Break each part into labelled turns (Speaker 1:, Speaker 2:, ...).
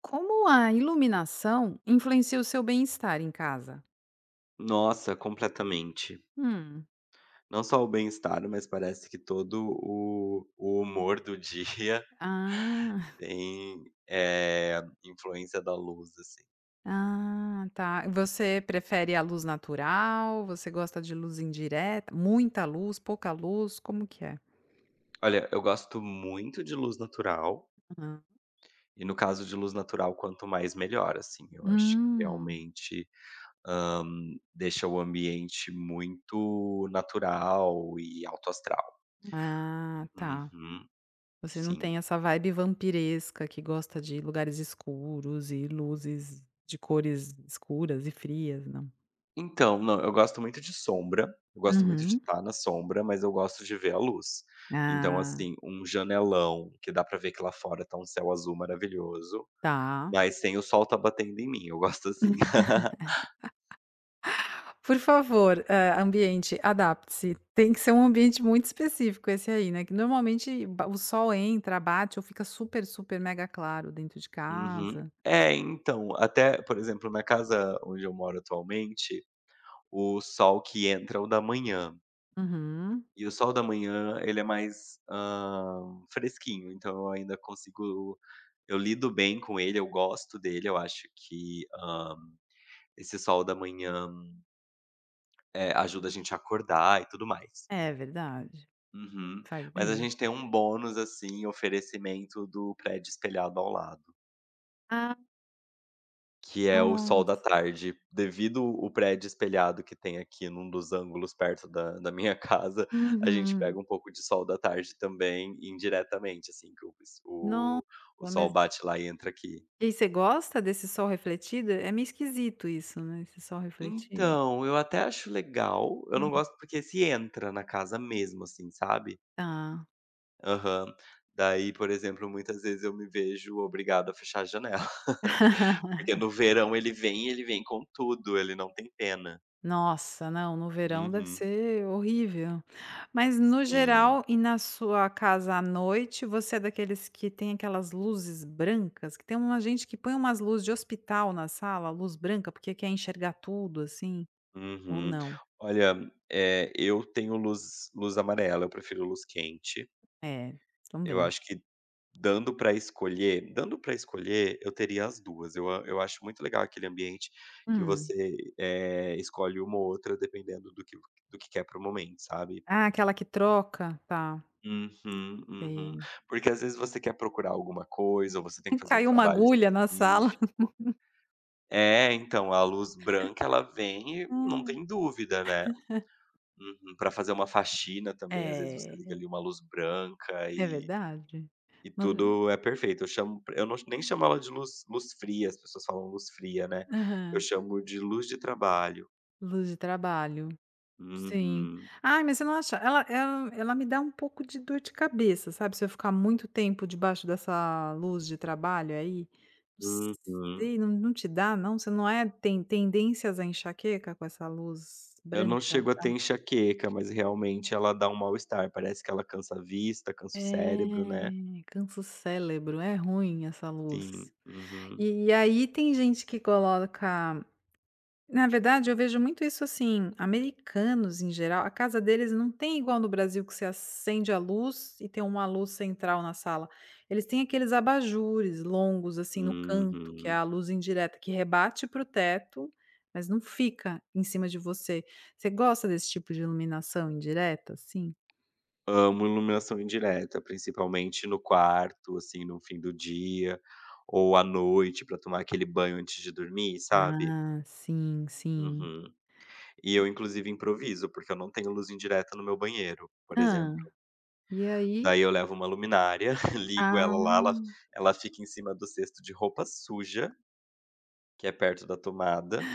Speaker 1: Como a iluminação influencia o seu bem-estar em casa?
Speaker 2: Nossa, completamente.
Speaker 1: Hum.
Speaker 2: Não só o bem-estar, mas parece que todo o humor do dia
Speaker 1: Ah,
Speaker 2: tem, influência da luz, assim.
Speaker 1: ah, tá. Você prefere a luz natural? Você gosta de luz indireta? Muita luz, pouca luz? Como que é?
Speaker 2: Olha, eu gosto muito de luz natural,
Speaker 1: Hã.
Speaker 2: e no caso de luz natural, quanto mais melhor, assim. Eu acho que
Speaker 1: Hum.
Speaker 2: realmente, hã, deixa o ambiente muito natural e alto astral.
Speaker 1: Ah, tá.
Speaker 2: Uhum,
Speaker 1: Você não
Speaker 2: sim.
Speaker 1: tem essa vibe vampiresca que gosta de lugares escuros e luzes de cores escuras e frias, não?
Speaker 2: Então, não, eu gosto muito de sombra, eu gosto muito de
Speaker 1: Uhum.
Speaker 2: estar na sombra, mas eu gosto de ver a luz. Então,
Speaker 1: Ah,
Speaker 2: assim, um janelão que dá pra ver que lá fora tá um céu azul maravilhoso,
Speaker 1: tá.
Speaker 2: mas sem o sol tá batendo em mim, eu gosto assim.
Speaker 1: Por favor, ambiente, adapte-se. Tem que ser um ambiente muito específico esse aí, né, que normalmente ba o sol entra, bate ou fica super, super mega claro dentro de
Speaker 2: Uhum.
Speaker 1: casa.
Speaker 2: É, então, até, por exemplo, na casa onde eu moro atualmente, o sol que entra é o da manhã.
Speaker 1: Uhum.
Speaker 2: E o sol da manhã, ele é mais, fresquinho, então eu ainda consigo, eu lido bem com ele, eu gosto dele, eu acho que esse sol da manhã, ajuda a gente a acordar e tudo mais.
Speaker 1: É verdade,
Speaker 2: Uhum.
Speaker 1: faz
Speaker 2: Mas a
Speaker 1: bem.
Speaker 2: gente tem um bônus, assim, oferecimento do prédio espelhado ao lado,
Speaker 1: Ah,
Speaker 2: que é o sol da
Speaker 1: nossa.
Speaker 2: tarde. Devido o prédio espelhado que tem aqui num dos ângulos perto da minha casa, a gente
Speaker 1: Uhum.
Speaker 2: pega um pouco de sol da tarde também, indiretamente, assim, que
Speaker 1: Nossa,
Speaker 2: o o sol
Speaker 1: mas
Speaker 2: bate lá e entra aqui.
Speaker 1: e aí, você gosta desse sol refletido? É meio esquisito isso, né, esse sol refletido.
Speaker 2: Então, eu até acho legal, eu
Speaker 1: Hum,
Speaker 2: não gosto porque se entra na casa mesmo, assim, sabe.
Speaker 1: tá.
Speaker 2: Aham. Daí, por exemplo, muitas vezes eu me vejo obrigado a fechar a janela, porque no verão ele vem com tudo, ele não tem pena.
Speaker 1: Nossa, não, no verão deve
Speaker 2: Uhum,
Speaker 1: ser horrível. Mas no
Speaker 2: sim.
Speaker 1: geral, e na sua casa à noite, você é daqueles que tem aquelas luzes brancas? Que tem uma gente que põe umas luzes de hospital na sala, luz branca, porque quer enxergar tudo assim, ou
Speaker 2: Uhum.
Speaker 1: não?
Speaker 2: Olha, eu tenho luz amarela, eu prefiro luz quente.
Speaker 1: É,
Speaker 2: Eu
Speaker 1: também.
Speaker 2: acho que dando pra escolher, eu teria as duas. Eu acho muito legal aquele ambiente que
Speaker 1: Hum.
Speaker 2: você, escolhe uma ou outra dependendo do que quer para o momento, sabe?
Speaker 1: Ah, aquela que troca? Tá,
Speaker 2: Uhum, uhum.
Speaker 1: sei.
Speaker 2: Porque às vezes você quer procurar alguma coisa ou você tem que fazer um
Speaker 1: Caiu uma
Speaker 2: trabalho
Speaker 1: agulha na sala.
Speaker 2: específico. É, então, a luz branca ela vem e não
Speaker 1: Hum.
Speaker 2: tem dúvida, né. Uhum. Pra fazer uma faxina também, às vezes você
Speaker 1: É,
Speaker 2: liga ali uma luz branca
Speaker 1: é
Speaker 2: e
Speaker 1: verdade.
Speaker 2: e
Speaker 1: No
Speaker 2: tudo é perfeito. Eu não nem chamo ela de luz fria, as pessoas falam luz fria, né. Eu
Speaker 1: Aham,
Speaker 2: chamo de luz de trabalho.
Speaker 1: luz de trabalho. Sim.
Speaker 2: Uhum,
Speaker 1: Ai, mas você não acha ela me dá um pouco de dor de cabeça, sabe, se eu ficar muito tempo debaixo dessa luz de trabalho aí, não
Speaker 2: uhum.
Speaker 1: sei, não te dá não? Você não tem tendências a enxaqueca com essa luz
Speaker 2: Eu não
Speaker 1: branca?
Speaker 2: chego a ter enxaqueca, mas realmente ela dá um mal-estar, parece que ela cansa a vista, cansa o
Speaker 1: É,
Speaker 2: cérebro, né.
Speaker 1: cansa o cérebro, é ruim essa luz.
Speaker 2: Sim. Uhum.
Speaker 1: E aí tem gente que coloca. Na verdade, eu vejo muito isso assim, americanos em geral, a casa deles não tem igual no Brasil que você acende a luz e tem uma luz central na sala. Eles têm aqueles abajures longos assim no canto, que é
Speaker 2: Uhum.
Speaker 1: a luz indireta que rebate para o teto, mas não fica em cima de você. Você gosta desse tipo de iluminação indireta, assim?
Speaker 2: Amo iluminação indireta, principalmente no quarto, assim, no fim do dia, ou à noite pra tomar aquele banho antes de dormir, sabe.
Speaker 1: Ah, sim, sim.
Speaker 2: Uhum. E eu inclusive improviso, porque eu não tenho luz indireta no meu banheiro, por
Speaker 1: Ah,
Speaker 2: exemplo.
Speaker 1: e aí?
Speaker 2: Daí eu levo uma luminária, ligo
Speaker 1: Ah.
Speaker 2: ela lá, ela fica em cima do cesto de roupa suja, que é perto da tomada,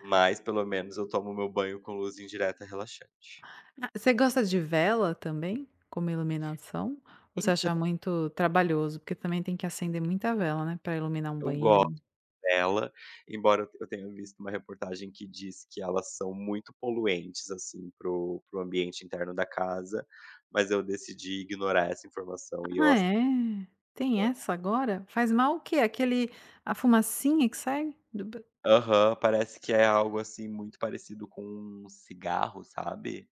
Speaker 2: mas pelo menos eu tomo meu banho com luz indireta relaxante.
Speaker 1: Ah, você gosta de vela também, como iluminação? Ou você
Speaker 2: Então,
Speaker 1: acha muito trabalhoso? Porque também tem que acender muita vela, né, para iluminar um
Speaker 2: eu gosto
Speaker 1: banheiro.
Speaker 2: dela, embora eu tenha visto uma reportagem que diz que elas são muito poluentes, assim, pro ambiente interno da casa, mas eu decidi ignorar essa informação e eu
Speaker 1: Ah,
Speaker 2: aceito
Speaker 1: é? Tem
Speaker 2: ela.
Speaker 1: essa agora? Faz mal o quê? Aquele A fumacinha que sai do b
Speaker 2: Aham, parece que é algo, assim, muito parecido com um cigarro, sabe.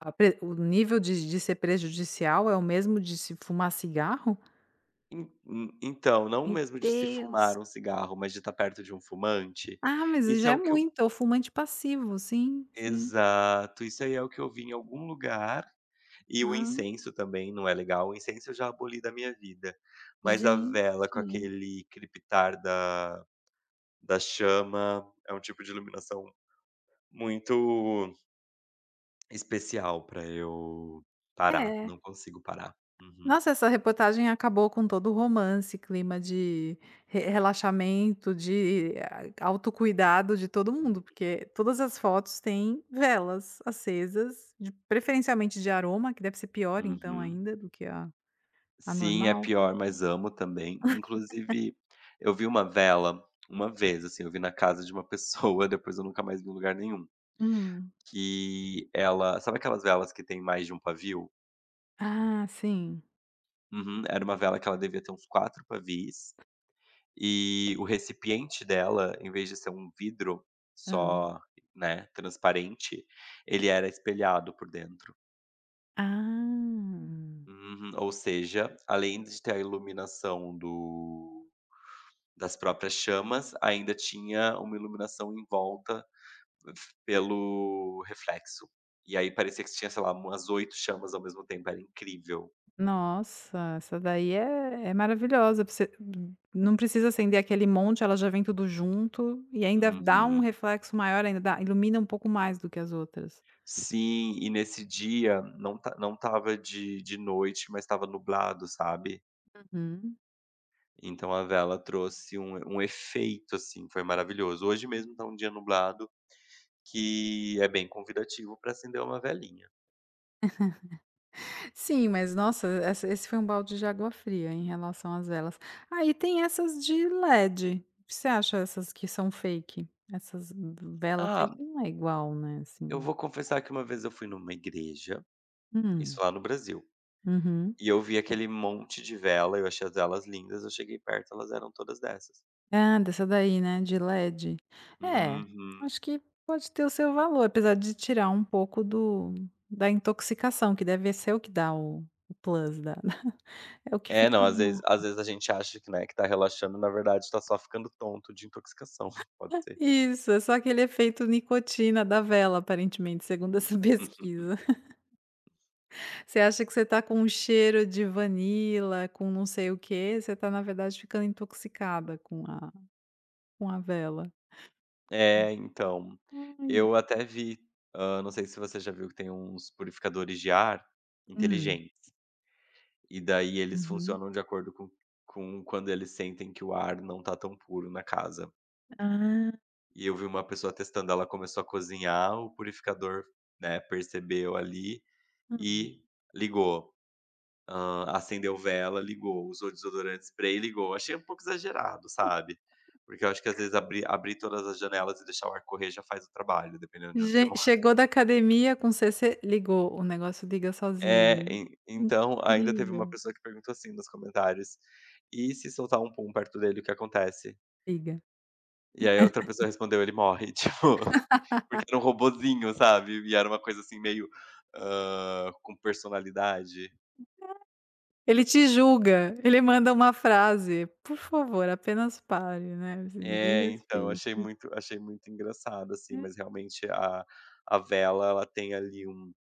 Speaker 1: a pre o nível de ser prejudicial é o mesmo de se fumar cigarro?
Speaker 2: En en então, não
Speaker 1: Meu
Speaker 2: mesmo de se
Speaker 1: Deus!
Speaker 2: fumar um cigarro, mas de estar perto de um fumante.
Speaker 1: Ah, mas
Speaker 2: Isso
Speaker 1: já
Speaker 2: é
Speaker 1: é
Speaker 2: o que
Speaker 1: muito, é o fumante passivo. Sim, sim.
Speaker 2: Exato, isso aí é o que eu vi em algum lugar, e o
Speaker 1: Ah,
Speaker 2: incenso também não é legal, o incenso eu já aboli da minha vida, mas a
Speaker 1: gente.
Speaker 2: vela com aquele crepitar da chama, é um tipo de iluminação muito especial pra eu parar,
Speaker 1: É.
Speaker 2: não consigo parar. Uhum.
Speaker 1: Nossa, essa reportagem acabou com todo o romance, clima de re relaxamento, de a autocuidado de todo
Speaker 2: Hum,
Speaker 1: mundo, porque todas as fotos têm velas acesas, de preferencialmente de aroma, que deve ser pior então
Speaker 2: uhum.
Speaker 1: ainda do que a
Speaker 2: Sim, é
Speaker 1: normal.
Speaker 2: pior, mas amo também. Inclusive, eu vi uma vela uma vez, assim, eu vi na casa de uma pessoa, depois eu nunca mais vi em lugar nenhum.
Speaker 1: Hum.
Speaker 2: Que ela, sabe aquelas velas que tem mais de um pavio?
Speaker 1: Ah, sim.
Speaker 2: Uhum, era uma vela que ela devia ter uns 4 pavis, e o recipiente dela, em vez de ser um vidro
Speaker 1: Hã.
Speaker 2: só, né, transparente, ele era espelhado por dentro.
Speaker 1: Ah.
Speaker 2: Uhum, ou seja, além de ter a iluminação do, das próprias chamas, ainda tinha uma iluminação em volta, f pelo reflexo. E aí parecia que tinha, sei lá, umas 8 chamas ao mesmo tempo, era incrível.
Speaker 1: Nossa, essa daí é maravilhosa, você não precisa acender aquele monte, ela já vem tudo junto e ainda dá um
Speaker 2: Uhum.
Speaker 1: reflexo maior, ainda dá ilumina um pouco mais do que as outras.
Speaker 2: Sim, e nesse dia não estava de noite, mas estava nublado, sabe.
Speaker 1: Uhum.
Speaker 2: Então a vela trouxe um efeito, assim, foi maravilhoso. Hoje mesmo tá um dia nublado, que é bem convidativo para acender uma velinha.
Speaker 1: Sim, mas nossa, essa esse foi um balde de água fria em relação às velas. Aí tem essas de LED, o que você acha essas que são fake? Essas vela fake
Speaker 2: Ah,
Speaker 1: não é igual, né,
Speaker 2: eu
Speaker 1: assim.
Speaker 2: vou confessar que uma vez eu fui numa igreja, isso
Speaker 1: Hum,
Speaker 2: lá no Brasil,
Speaker 1: uhum.
Speaker 2: e eu vi aquele monte de vela, eu achei as velas lindas, eu cheguei perto, elas eram todas dessas.
Speaker 1: Ah, dessa daí, né, de LED. É,
Speaker 2: Uhum.
Speaker 1: acho que pode ter o seu valor, apesar de tirar um pouco do da intoxicação, que deve ser o que dá o plus da é o que
Speaker 2: É, não,
Speaker 1: fica
Speaker 2: às
Speaker 1: bom.
Speaker 2: vezes às vezes a gente acha que, né, que tá relaxando, na verdade tá só ficando tonto de intoxicação, pode ser.
Speaker 1: Isso, é só aquele efeito nicotina da vela, aparentemente, segundo essa pesquisa. Você acha que você tá com um cheiro de vanila, com não sei o quê, você tá, na verdade, ficando intoxicada com a vela.
Speaker 2: É, então,
Speaker 1: Ai.
Speaker 2: eu até vi, não sei se você já viu que tem uns purificadores de ar
Speaker 1: Hum,
Speaker 2: inteligentes, e daí eles
Speaker 1: uhum.
Speaker 2: funcionam de acordo com quando eles sentem que o ar não tá tão puro na casa.
Speaker 1: Ah.
Speaker 2: E eu vi uma pessoa testando, ela começou a cozinhar, o purificador, né, percebeu ali e ligou. Acendeu vela, ligou, usou desodorante spray, ligou. Achei um pouco exagerado, sabe. Porque eu acho que às vezes abrir todas as janelas e deixar o ar correr já faz o trabalho, dependendo de onde você
Speaker 1: Gen
Speaker 2: mora.
Speaker 1: Chegou da academia com CC, ligou, o negócio liga
Speaker 2: É,
Speaker 1: sozinho.
Speaker 2: en então ainda teve uma
Speaker 1: Incrível.
Speaker 2: pessoa que perguntou assim nos comentários: "E se soltar um pum perto dele, o que acontece?"
Speaker 1: Liga.
Speaker 2: E aí outra pessoa respondeu: "Ele morre", tipo, porque era um robozinho, sabe. E era uma coisa assim meio, com personalidade.
Speaker 1: Ele te julga, ele manda uma frase: "Por favor, apenas pare, né, me
Speaker 2: É, então, achei
Speaker 1: respeite".
Speaker 2: muito achei muito engraçado, assim,
Speaker 1: É.
Speaker 2: mas realmente a vela, ela tem ali um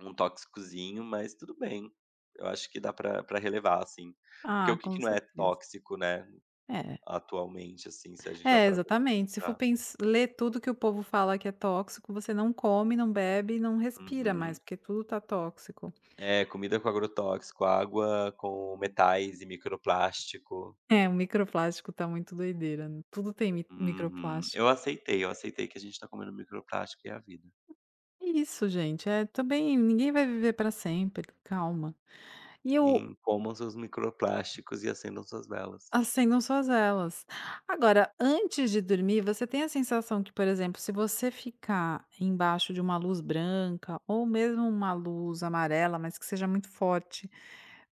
Speaker 2: um tóxicozinho, mas tudo bem. Eu acho que dá pra relevar, assim. Porque o
Speaker 1: Ah,
Speaker 2: que que
Speaker 1: com
Speaker 2: não é
Speaker 1: certeza.
Speaker 2: tóxico, né,
Speaker 1: É.
Speaker 2: atualmente, assim, se a gente vai
Speaker 1: É,
Speaker 2: parar pra
Speaker 1: exatamente, se for
Speaker 2: pesquisar.
Speaker 1: pens ler tudo que o povo fala que é tóxico, você não come, não bebe e não respira mais,
Speaker 2: Uhum.
Speaker 1: porque tudo tá tóxico.
Speaker 2: É, comida com agrotóxico, água com metais e microplástico.
Speaker 1: É, o microplástico tá muito doideira, né? Tudo tem mi
Speaker 2: Uhum.
Speaker 1: microplástico.
Speaker 2: Eu aceitei que a gente tá comendo microplástico e é a vida.
Speaker 1: É isso, gente. É, também ninguém vai viver para sempre, calma. E eu
Speaker 2: Sim, comam seus microplásticos e acendam suas velas.
Speaker 1: Acendam suas velas. Agora, antes de dormir, você tem a sensação que, por exemplo, se você ficar embaixo de uma luz branca ou mesmo uma luz amarela, mas que seja muito forte,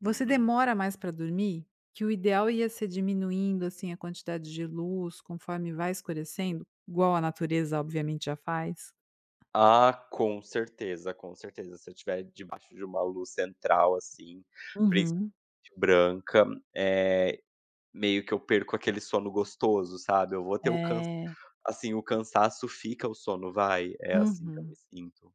Speaker 1: você
Speaker 2: Uhum.
Speaker 1: demora mais para dormir? Que o ideal ia ser diminuindo assim a quantidade de luz conforme vai escurecendo, igual a natureza obviamente já faz?
Speaker 2: Ah, com certeza, com certeza. Se eu estiver debaixo de uma luz central, assim, principalmente
Speaker 1: Uhum.
Speaker 2: branca, é meio que eu perco aquele sono gostoso, sabe. Eu vou ter o cansa
Speaker 1: É.
Speaker 2: Assim, o cansaço fica, o sono vai. É assim que eu me
Speaker 1: Uhum.
Speaker 2: sinto.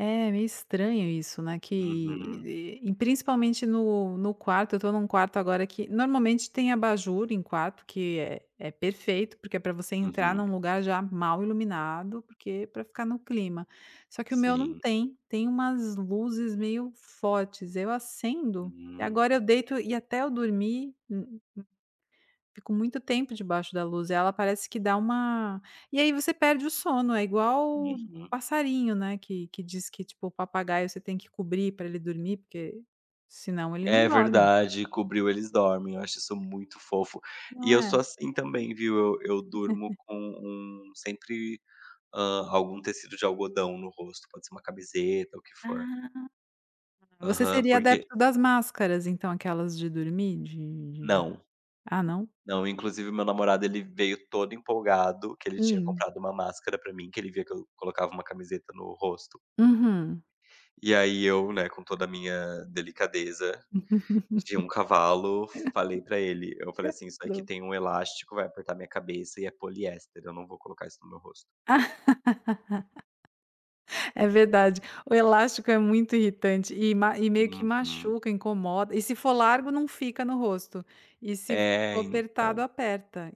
Speaker 1: É meio estranho isso, né, que
Speaker 2: Uhum,
Speaker 1: principalmente no quarto, eu tô num quarto agora que normalmente tem abajur em quarto, que é perfeito, porque é para você entrar
Speaker 2: uhum.
Speaker 1: num lugar já mal iluminado, porque para ficar no clima. Só que o meu não
Speaker 2: Sim.
Speaker 1: tem, tem umas luzes meio fortes, eu acendo, e agora eu
Speaker 2: Hum.
Speaker 1: deito e até eu dormir. Fico muito tempo debaixo da luz, e ela parece que dá uma, e aí você perde o sono, é igual
Speaker 2: Uhum.
Speaker 1: passarinho, né, que diz que, tipo, o papagaio você tem que cobrir pra ele dormir, porque senão ele não
Speaker 2: É
Speaker 1: dorme,
Speaker 2: verdade, cobriu, eles dormem. Eu acho isso muito fofo. E
Speaker 1: não
Speaker 2: eu
Speaker 1: é?
Speaker 2: sou assim também, viu. Eu durmo com sempre, algum tecido de algodão no rosto, pode ser uma camiseta, o que for.
Speaker 1: Ah. Você
Speaker 2: Aham,
Speaker 1: seria
Speaker 2: porque
Speaker 1: adepto das máscaras, então, aquelas de dormir, de
Speaker 2: não,
Speaker 1: não?
Speaker 2: não, inclusive meu namorado ele veio todo empolgado, que ele tinha
Speaker 1: Hum.
Speaker 2: comprado uma máscara pra mim, que ele via que eu colocava uma camiseta no rosto.
Speaker 1: Uhum.
Speaker 2: E aí eu, né, com toda a minha delicadeza de um cavalo, falei pra ele, eu falei assim: "Isso aqui
Speaker 1: Credo.
Speaker 2: tem um elástico, vai apertar minha cabeça e é poliéster, eu não vou colocar isso no meu rosto".
Speaker 1: É verdade. O elástico é muito irritante e meio que
Speaker 2: Uhum.
Speaker 1: machuca, incomoda. E se for largo, não fica no rosto. E se
Speaker 2: É,
Speaker 1: for apertado,
Speaker 2: então,
Speaker 1: aperta.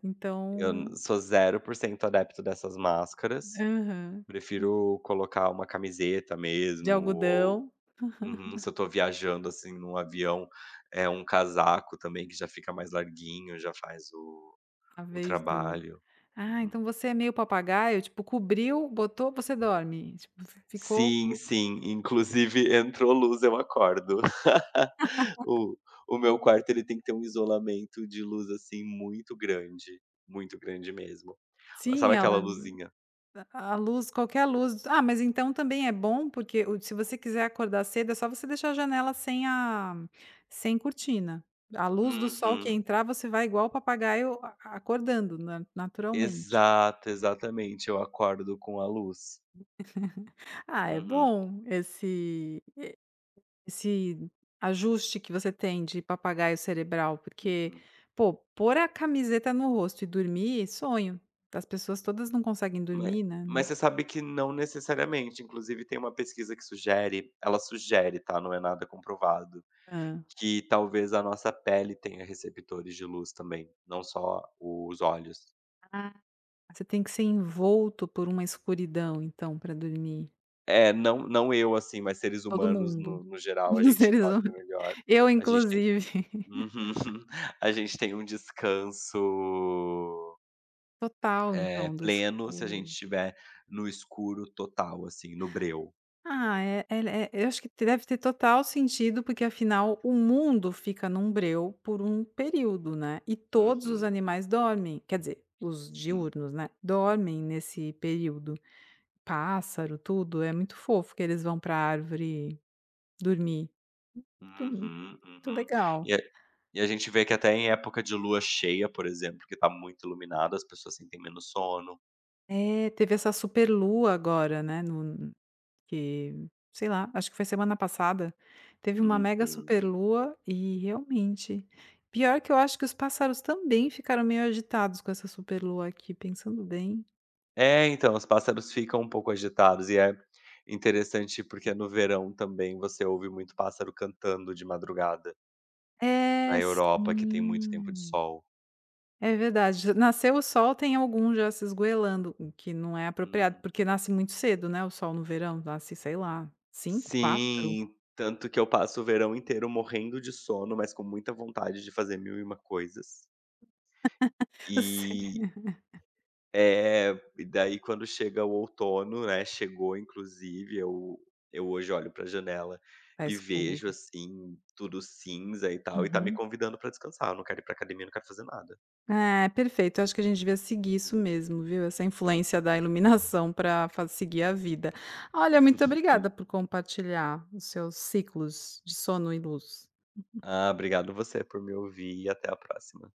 Speaker 2: eu
Speaker 1: Então,
Speaker 2: n sou 0% adepto dessas máscaras.
Speaker 1: aham.
Speaker 2: Prefiro colocar uma camiseta
Speaker 1: De
Speaker 2: mesmo, ou
Speaker 1: algodão,
Speaker 2: uhum, se eu tô viajando, assim, num avião, é um casaco também que já fica mais larguinho, já faz o
Speaker 1: a
Speaker 2: o
Speaker 1: vez do
Speaker 2: trabalho.
Speaker 1: ah,
Speaker 2: Uhum.
Speaker 1: então você é meio papagaio, tipo, cobriu, botou, você dorme. Tipo, fi ficou
Speaker 2: Sim,
Speaker 1: co
Speaker 2: sim, inclusive entrou luz, eu acordo. O o meu quarto ele tem que ter um isolamento de luz, assim, muito grande mesmo.
Speaker 1: sim,
Speaker 2: Sabe aquela
Speaker 1: ela
Speaker 2: luzinha?
Speaker 1: a luz, qualquer luz, mas então também é bom, porque o se você quiser acordar cedo, é só você deixar a janela sem cortina. A luz do sol que
Speaker 2: Uhum.
Speaker 1: entrar, você vai igual o papagaio acordando na naturalmente.
Speaker 2: Exato, exatamente, eu acordo com a luz.
Speaker 1: Ah, é
Speaker 2: Uhum,
Speaker 1: bom esse ajuste que você tem de papagaio cerebral, porque,
Speaker 2: uhum.
Speaker 1: pô, pôr a camiseta no rosto e dormir, sonho. As pessoas todas não conseguem
Speaker 2: Ma
Speaker 1: dormir, né.
Speaker 2: mas você sabe que não necessariamente, inclusive tem uma pesquisa que sugere ela sugere, tá, não é nada comprovado, que talvez a nossa pele tenha receptores de luz também, não só os olhos.
Speaker 1: Hã. Você tem que ser envolto por uma escuridão, então, para dormir.
Speaker 2: É, não, não eu, assim, mas seres
Speaker 1: Todo
Speaker 2: humanos
Speaker 1: mundo.
Speaker 2: no geral, a
Speaker 1: Os
Speaker 2: gente
Speaker 1: seres
Speaker 2: dorme
Speaker 1: humanos,
Speaker 2: melhor,
Speaker 1: eu
Speaker 2: a gente tem,
Speaker 1: inclusive.
Speaker 2: uhum. A gente tem um descanso,
Speaker 1: Total, então, do
Speaker 2: pleno se a gente
Speaker 1: escuro.
Speaker 2: estiver no escuro total, assim, no breu.
Speaker 1: Ah, é eu acho que deve ter total sentido, porque afinal o mundo fica num breu por um período, né, e todos os
Speaker 2: Uhum.
Speaker 1: animais dormem, quer dizer, os
Speaker 2: Sim.
Speaker 1: diurnos, né, dormem nesse período. Pássaro, tudo, é muito fofo que eles vão pra árvore dormir. Tu Muito
Speaker 2: Uhum, uhum.
Speaker 1: legal.
Speaker 2: E E a gente vê que até em época de lua cheia, por exemplo, que tá muito iluminado, as pessoas sentem menos sono.
Speaker 1: É, teve essa superlua agora, né, no que, sei lá, acho que foi semana passada, teve uma mega
Speaker 2: Uhum.
Speaker 1: superlua e realmente pior que eu acho que os pássaros também ficaram meio agitados com essa superlua aqui, pensando bem.
Speaker 2: É, então, os pássaros ficam um pouco agitados e é interessante porque no verão também você ouve muito pássaro cantando de madrugada, na
Speaker 1: É,
Speaker 2: Europa, que tem muito tempo de
Speaker 1: sim.
Speaker 2: sol.
Speaker 1: É verdade, nasceu o sol, tem algum já se esgoelando, o que não é apropriado,
Speaker 2: Uhum.
Speaker 1: porque nasce muito cedo, né, o sol no verão, nasce, sei lá, cinco, quatro,
Speaker 2: Sim, tanto que eu passo o verão inteiro morrendo de sono, mas com muita vontade de fazer mil e uma coisas. E É, e daí quando chega o outono, né, chegou inclusive, eu hoje olho pra janela
Speaker 1: tá
Speaker 2: e
Speaker 1: escuro.
Speaker 2: vejo, assim, tudo cinza e tal, e tá me
Speaker 1: Uhum.
Speaker 2: convidando pra descansar, eu não quero ir pra academia, não quero fazer nada.
Speaker 1: É, perfeito. Eu acho que a gente devia seguir isso
Speaker 2: Uhum.
Speaker 1: mesmo, viu, essa influência da iluminação para seguir a vida. Olha, muito
Speaker 2: Hum.
Speaker 1: obrigada por compartilhar os seus ciclos de sono e luz.
Speaker 2: Ah, obrigado você por me ouvir e até a próxima.